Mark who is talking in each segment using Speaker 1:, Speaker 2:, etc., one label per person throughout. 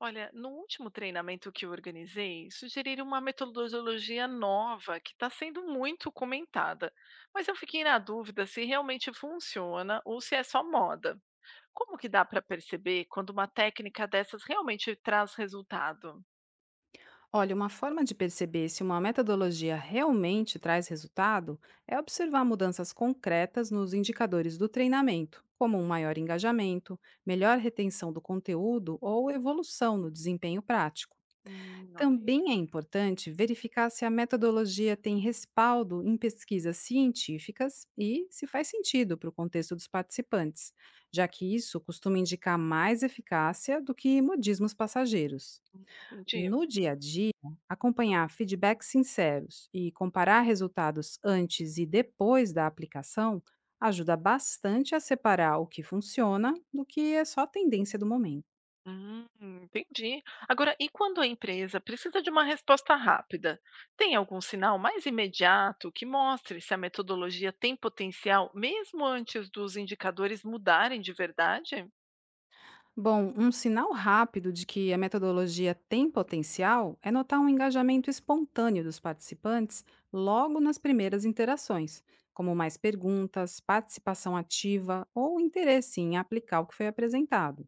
Speaker 1: Olha, no último treinamento que eu organizei, sugeriram uma metodologia nova que está sendo muito comentada, mas eu fiquei na dúvida se realmente funciona ou se é só moda. Como que dá para perceber quando uma técnica dessas realmente traz resultado?
Speaker 2: Olha, uma forma de perceber se uma metodologia realmente traz resultado é observar mudanças concretas nos indicadores do treinamento, como um maior engajamento, melhor retenção do conteúdo ou evolução no desempenho prático.
Speaker 1: Ok,
Speaker 2: Também é importante verificar se a metodologia tem respaldo em pesquisas científicas e se faz sentido para o contexto dos participantes, já que isso costuma indicar mais eficácia do que modismos passageiros.
Speaker 1: entendi.
Speaker 2: No dia a dia, acompanhar feedbacks sinceros e comparar resultados antes e depois da aplicação ajuda bastante a separar o que funciona do que é só tendência do momento.
Speaker 1: Entendi. Agora, e quando a empresa precisa de uma resposta rápida? Tem algum sinal mais imediato que mostre se a metodologia tem potencial, mesmo antes dos indicadores mudarem de verdade?
Speaker 2: Bom, um sinal rápido de que a metodologia tem potencial é notar um engajamento espontâneo dos participantes logo nas primeiras interações, como mais perguntas, participação ativa ou interesse em aplicar o que foi apresentado.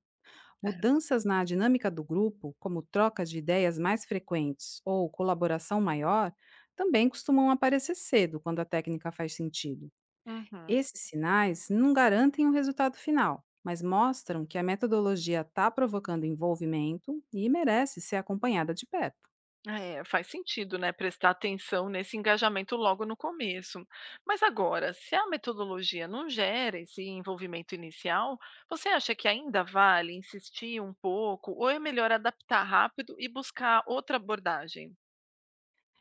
Speaker 2: Mudanças na dinâmica do grupo, como trocas de ideias mais frequentes ou colaboração maior, também costumam aparecer cedo quando a técnica faz sentido.
Speaker 1: Uhum.
Speaker 2: Esses sinais não garantem o resultado final, mas mostram que a metodologia está provocando envolvimento e merece ser acompanhada de perto.
Speaker 1: É, faz sentido, né, prestar atenção nesse engajamento logo no começo. Mas agora, se a metodologia não gera esse envolvimento inicial, você acha que ainda vale insistir um pouco ou é melhor adaptar rápido e buscar outra abordagem?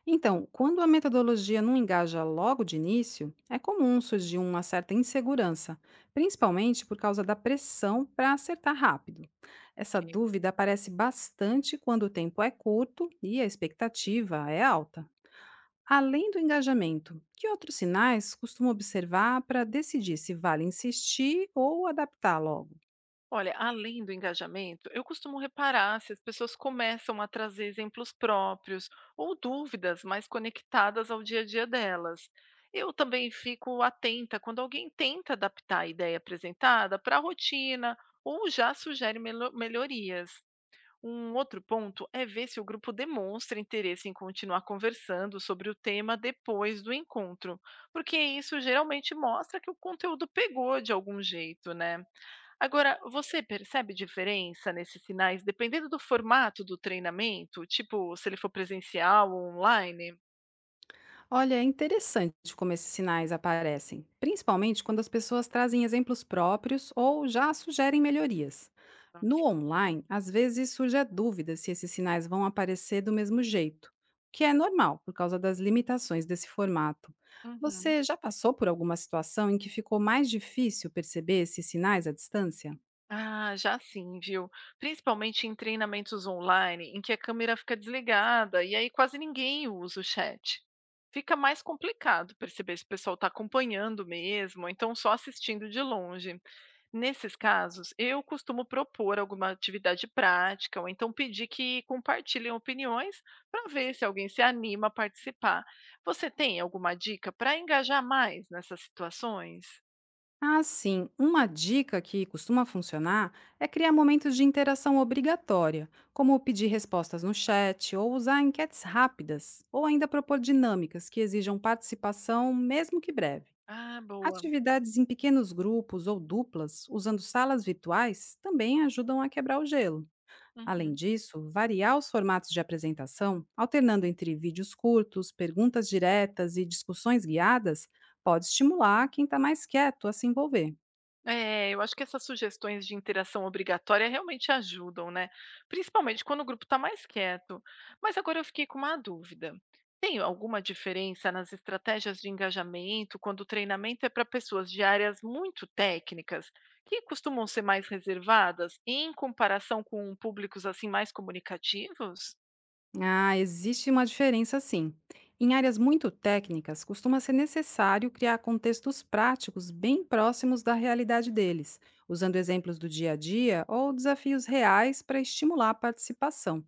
Speaker 2: Então, quando a metodologia não engaja logo de início, é comum surgir uma certa insegurança, principalmente por causa da pressão para acertar rápido. Essa dúvida aparece bastante quando o tempo é curto e a expectativa é alta. Além do engajamento, que outros sinais costuma observar para decidir se vale insistir ou adaptar logo?
Speaker 1: Olha, além do engajamento, eu costumo reparar se as pessoas começam a trazer exemplos próprios ou dúvidas mais conectadas ao dia a dia delas. Eu também fico atenta quando alguém tenta adaptar a ideia apresentada para a rotina ou já sugere melhorias. Um outro ponto é ver se o grupo demonstra interesse em continuar conversando sobre o tema depois do encontro, porque isso geralmente mostra que o conteúdo pegou de algum jeito, né? Agora, você percebe diferença nesses sinais dependendo do formato do treinamento? Tipo, se ele for presencial ou online?
Speaker 2: Olha, é interessante como esses sinais aparecem, principalmente quando as pessoas trazem exemplos próprios ou já sugerem melhorias. No
Speaker 1: Ok.
Speaker 2: online, às vezes surge a dúvida se esses sinais vão aparecer do mesmo jeito, o que é normal por causa das limitações desse formato.
Speaker 1: Uhum.
Speaker 2: Você já passou por alguma situação em que ficou mais difícil perceber esses sinais à distância?
Speaker 1: Ah, já sim, viu? Principalmente em treinamentos online, em que a câmera fica desligada e aí quase ninguém usa o chat. Fica mais complicado perceber se o pessoal está acompanhando mesmo, ou então só assistindo de longe. Nesses casos, eu costumo propor alguma atividade prática, ou então pedir que compartilhem opiniões para ver se alguém se anima a participar. Você tem alguma dica para engajar mais nessas situações?
Speaker 2: Ah, sim. Uma dica que costuma funcionar é criar momentos de interação obrigatória, como pedir respostas no chat ou usar enquetes rápidas, ou ainda propor dinâmicas que exijam participação, mesmo que breve.
Speaker 1: Ah, boa.
Speaker 2: Atividades em pequenos grupos ou duplas, usando salas virtuais, também ajudam a quebrar o gelo. Além
Speaker 1: Uhum.
Speaker 2: disso, variar os formatos de apresentação, alternando entre vídeos curtos, perguntas diretas e discussões guiadas, pode estimular quem está mais quieto a se envolver.
Speaker 1: É, eu acho que essas sugestões de interação obrigatória realmente ajudam, né? Principalmente quando o grupo está mais quieto. Mas agora eu fiquei com uma dúvida. Tem alguma diferença nas estratégias de engajamento quando o treinamento é para pessoas de áreas muito técnicas, que costumam ser mais reservadas, em comparação com públicos assim mais comunicativos?
Speaker 2: Ah, existe uma diferença sim. Em áreas muito técnicas, costuma ser necessário criar contextos práticos bem próximos da realidade deles, usando exemplos do dia a dia ou desafios reais para estimular a participação.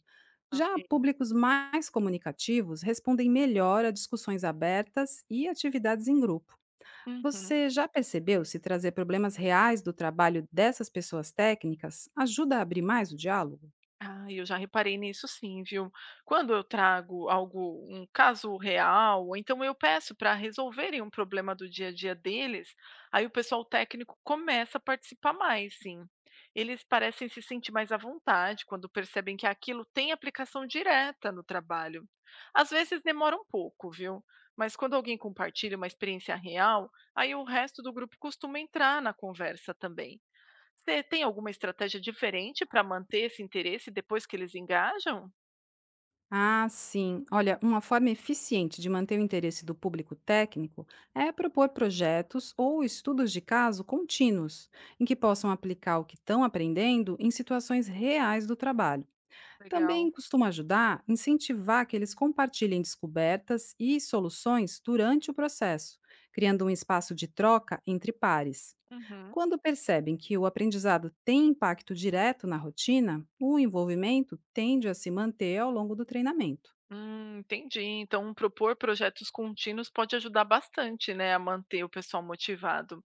Speaker 2: Já
Speaker 1: Ok.
Speaker 2: públicos mais comunicativos respondem melhor a discussões abertas e atividades em grupo.
Speaker 1: Uhum.
Speaker 2: Você já percebeu se trazer problemas reais do trabalho dessas pessoas técnicas ajuda a abrir mais o diálogo?
Speaker 1: Ah, eu já reparei nisso sim, viu? Quando eu trago algo, um caso real, ou então eu peço para resolverem um problema do dia a dia deles, aí o pessoal técnico começa a participar mais, sim. Eles parecem se sentir mais à vontade quando percebem que aquilo tem aplicação direta no trabalho. Às vezes demora um pouco, viu? Mas quando alguém compartilha uma experiência real, aí o resto do grupo costuma entrar na conversa também. Você tem alguma estratégia diferente para manter esse interesse depois que eles engajam?
Speaker 2: Ah, sim. Olha, uma forma eficiente de manter o interesse do público técnico é propor projetos ou estudos de caso contínuos, em que possam aplicar o que estão aprendendo em situações reais do trabalho.
Speaker 1: Legal.
Speaker 2: Também costuma ajudar incentivar que eles compartilhem descobertas e soluções durante o processo, criando um espaço de troca entre pares.
Speaker 1: Uhum.
Speaker 2: Quando percebem que o aprendizado tem impacto direto na rotina, o envolvimento tende a se manter ao longo do treinamento.
Speaker 1: Entendi. Então, propor projetos contínuos pode ajudar bastante, né, a manter o pessoal motivado.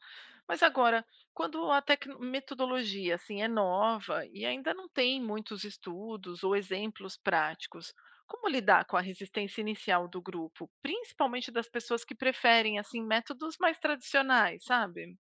Speaker 1: Mas agora, quando a metodologia assim é nova e ainda não tem muitos estudos ou exemplos práticos, como lidar com a resistência inicial do grupo, principalmente das pessoas que preferem assim métodos mais tradicionais, sabe?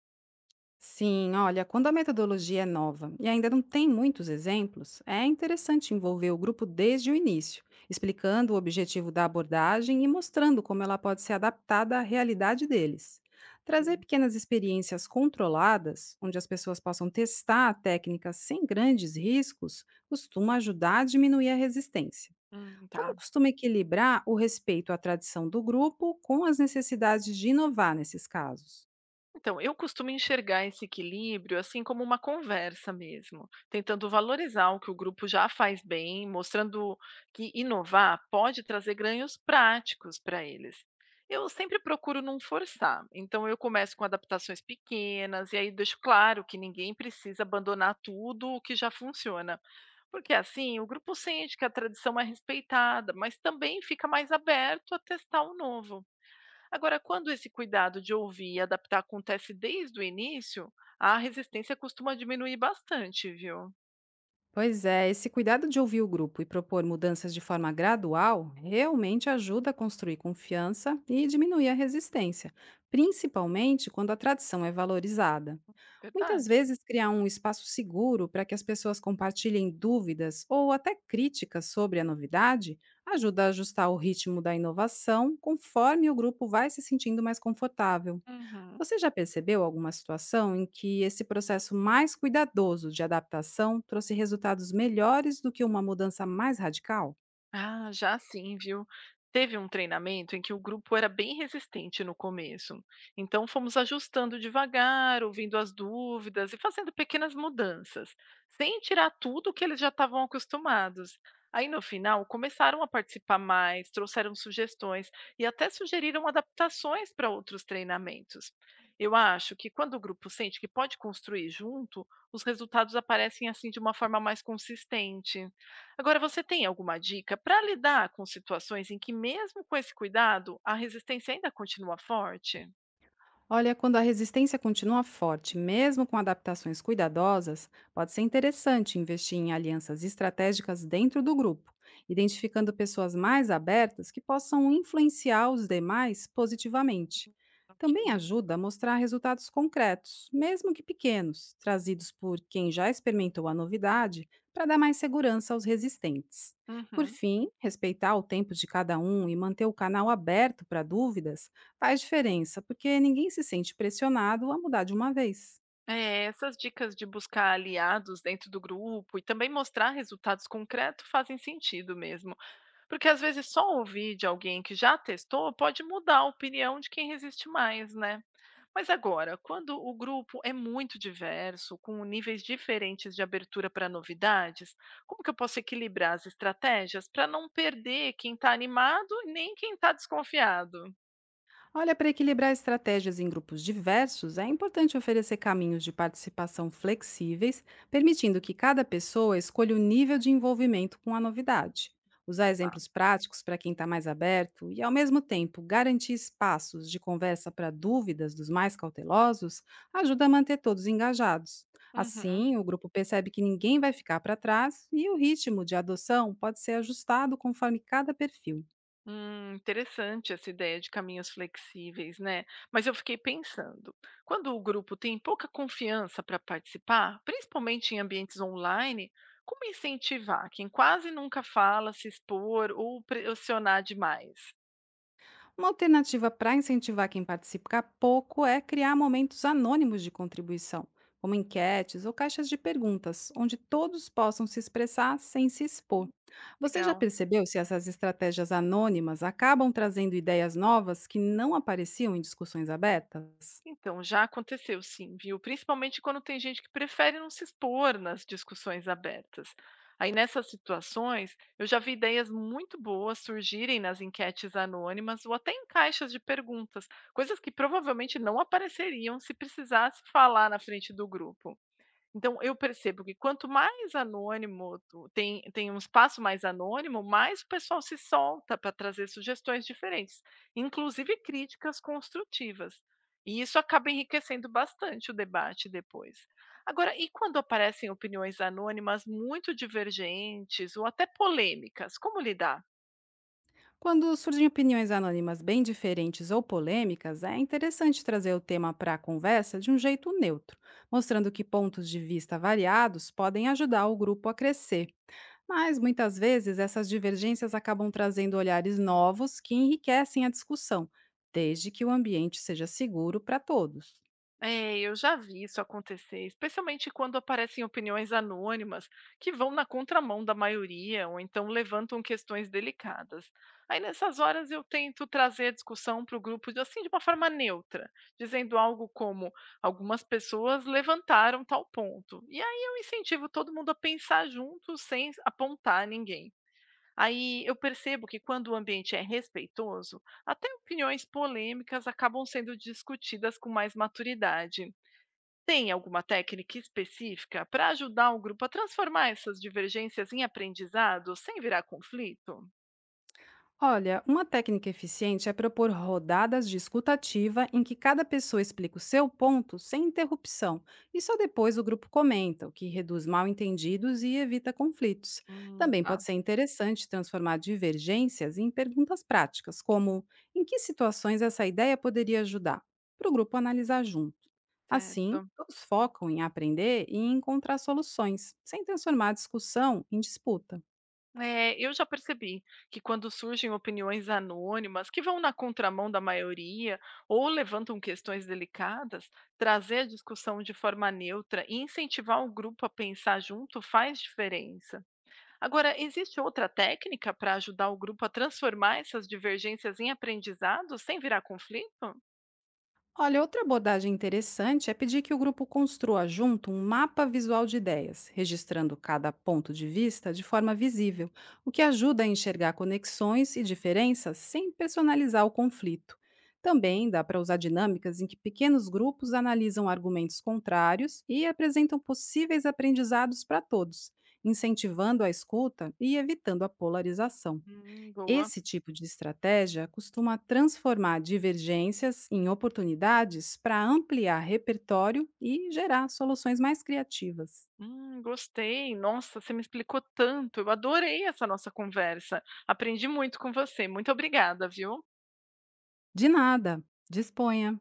Speaker 2: Sim, olha, quando a metodologia é nova e ainda não tem muitos exemplos, é interessante envolver o grupo desde o início, explicando o objetivo da abordagem e mostrando como ela pode ser adaptada à realidade deles. Trazer
Speaker 1: Ok.
Speaker 2: pequenas experiências controladas, onde as pessoas possam testar a técnica sem grandes riscos, costuma ajudar a diminuir a resistência.
Speaker 1: Tá.
Speaker 2: Como costuma equilibrar o respeito à tradição do grupo com as necessidades de inovar nesses casos?
Speaker 1: Então, eu costumo enxergar esse equilíbrio assim como uma conversa mesmo, tentando valorizar o que o grupo já faz bem, mostrando que inovar pode trazer ganhos práticos para eles. Eu sempre procuro não forçar, então eu começo com adaptações pequenas e aí deixo claro que ninguém precisa abandonar tudo o que já funciona. Porque assim o grupo sente que a tradição é respeitada, mas também fica mais aberto a testar o novo. Agora, quando esse cuidado de ouvir e adaptar acontece desde o início, a resistência costuma diminuir bastante, viu?
Speaker 2: Pois é, esse cuidado de ouvir o grupo e propor mudanças de forma gradual realmente ajuda a construir confiança e diminuir a resistência, principalmente quando a tradição é valorizada. Muitas
Speaker 1: Verdade.
Speaker 2: vezes, criar um espaço seguro para que as pessoas compartilhem dúvidas ou até críticas sobre a novidade ajuda a ajustar o ritmo da inovação conforme o grupo vai se sentindo mais confortável.
Speaker 1: Uhum.
Speaker 2: Você já percebeu alguma situação em que esse processo mais cuidadoso de adaptação trouxe resultados melhores do que uma mudança mais radical?
Speaker 1: Ah, já sim, viu? Teve um treinamento em que o grupo era bem resistente no começo. Então fomos ajustando devagar, ouvindo as dúvidas e fazendo pequenas mudanças, sem tirar tudo que eles já estavam acostumados. Aí no final começaram a participar mais, trouxeram sugestões e até sugeriram adaptações para outros treinamentos. Eu acho que quando o grupo sente que pode construir junto, os resultados aparecem assim de uma forma mais consistente. Agora, você tem alguma dica para lidar com situações em que, mesmo com esse cuidado, a resistência ainda continua forte?
Speaker 2: Olha, quando a resistência continua forte, mesmo com adaptações cuidadosas, pode ser interessante investir em alianças estratégicas dentro do grupo, identificando pessoas mais abertas que possam influenciar os demais positivamente. Também
Speaker 1: Ok.
Speaker 2: ajuda a mostrar resultados concretos, mesmo que pequenos, trazidos por quem já experimentou a novidade, para dar mais segurança aos resistentes. Por
Speaker 1: Uhum.
Speaker 2: fim, respeitar o tempo de cada um e manter o canal aberto para dúvidas faz diferença, porque ninguém se sente pressionado a mudar de uma vez.
Speaker 1: É, essas dicas de buscar aliados dentro do grupo e também mostrar resultados concretos fazem sentido mesmo. Porque às vezes só ouvir de alguém que já testou pode mudar a opinião de quem resiste mais, né? Mas agora, quando o grupo é muito diverso, com níveis diferentes de abertura para novidades, como que eu posso equilibrar as estratégias para não perder quem está animado e nem quem está desconfiado?
Speaker 2: Olha, para equilibrar estratégias em grupos diversos, é importante oferecer caminhos de participação flexíveis, permitindo que cada pessoa escolha o nível de envolvimento com a novidade. Usar
Speaker 1: Ah,
Speaker 2: exemplos práticos para quem está mais aberto e, ao mesmo tempo, garantir espaços de conversa para dúvidas dos mais cautelosos ajuda a manter todos engajados.
Speaker 1: uhum.
Speaker 2: Assim, o grupo percebe que ninguém vai ficar para trás e o ritmo de adoção pode ser ajustado conforme cada perfil.
Speaker 1: Interessante essa ideia de caminhos flexíveis, né? Mas eu fiquei pensando, quando o grupo tem pouca confiança para participar, principalmente em ambientes online, como incentivar quem quase nunca fala, se expor ou pressionar demais?
Speaker 2: Uma alternativa para incentivar quem participa pouco é criar momentos anônimos de contribuição, como enquetes ou caixas de perguntas, onde todos possam se expressar sem se expor. Você já
Speaker 1: Legal.
Speaker 2: percebeu se essas estratégias anônimas acabam trazendo ideias novas que não apareciam em discussões abertas?
Speaker 1: Então, já aconteceu sim, viu? Principalmente quando tem gente que prefere não se expor nas discussões abertas. Aí, nessas situações, eu já vi ideias muito boas surgirem nas enquetes anônimas ou até em caixas de perguntas, coisas que provavelmente não apareceriam se precisasse falar na frente do grupo. Então eu percebo que quanto mais anônimo tu tem um espaço mais anônimo, mais o pessoal se solta para trazer sugestões diferentes, inclusive críticas construtivas. E isso acaba enriquecendo bastante o debate depois. Agora, e quando aparecem opiniões anônimas muito divergentes ou até polêmicas, como lidar?
Speaker 2: Quando surgem opiniões anônimas bem diferentes ou polêmicas, é interessante trazer o tema para a conversa de um jeito neutro, mostrando que pontos de vista variados podem ajudar o grupo a crescer. Mas muitas vezes essas divergências acabam trazendo olhares novos que enriquecem a discussão, desde que o ambiente seja seguro para todos.
Speaker 1: É, eu já vi isso acontecer, especialmente quando aparecem opiniões anônimas que vão na contramão da maioria ou então levantam questões delicadas. Aí nessas horas eu tento trazer a discussão para o grupo assim de uma forma neutra, dizendo algo como algumas pessoas levantaram tal ponto. E aí eu incentivo todo mundo a pensar junto sem apontar ninguém. Aí eu percebo que quando o ambiente é respeitoso, até opiniões polêmicas acabam sendo discutidas com mais maturidade. Tem alguma técnica específica para ajudar um grupo a transformar essas divergências em aprendizado sem virar conflito?
Speaker 2: Olha, uma técnica eficiente é propor rodadas de escutativa em que cada pessoa explica o seu ponto sem interrupção e só depois o grupo comenta, o que reduz mal-entendidos e evita conflitos. Também pode
Speaker 1: Tá,
Speaker 2: ser interessante transformar divergências em perguntas práticas, como em que situações essa ideia poderia ajudar, para o grupo analisar junto. Assim,
Speaker 1: certo.
Speaker 2: todos focam em aprender e encontrar soluções, sem transformar a discussão em disputa.
Speaker 1: É, eu já percebi que quando surgem opiniões anônimas que vão na contramão da maioria ou levantam questões delicadas, trazer a discussão de forma neutra e incentivar o grupo a pensar junto faz diferença. Agora, existe outra técnica para ajudar o grupo a transformar essas divergências em aprendizado sem virar conflito?
Speaker 2: Olha, outra abordagem interessante é pedir que o grupo construa junto um mapa visual de ideias, registrando cada ponto de vista de forma visível, o que ajuda a enxergar conexões e diferenças sem personalizar o conflito. Também dá para usar dinâmicas em que pequenos grupos analisam argumentos contrários e apresentam possíveis aprendizados para todos, incentivando a escuta e evitando a polarização.
Speaker 1: Boa.
Speaker 2: Esse tipo de estratégia costuma transformar divergências em oportunidades para ampliar repertório e gerar soluções mais criativas.
Speaker 1: Gostei. Nossa, você me explicou tanto. Eu adorei essa nossa conversa. Aprendi muito com você. Muito obrigada, viu?
Speaker 2: De nada, disponha!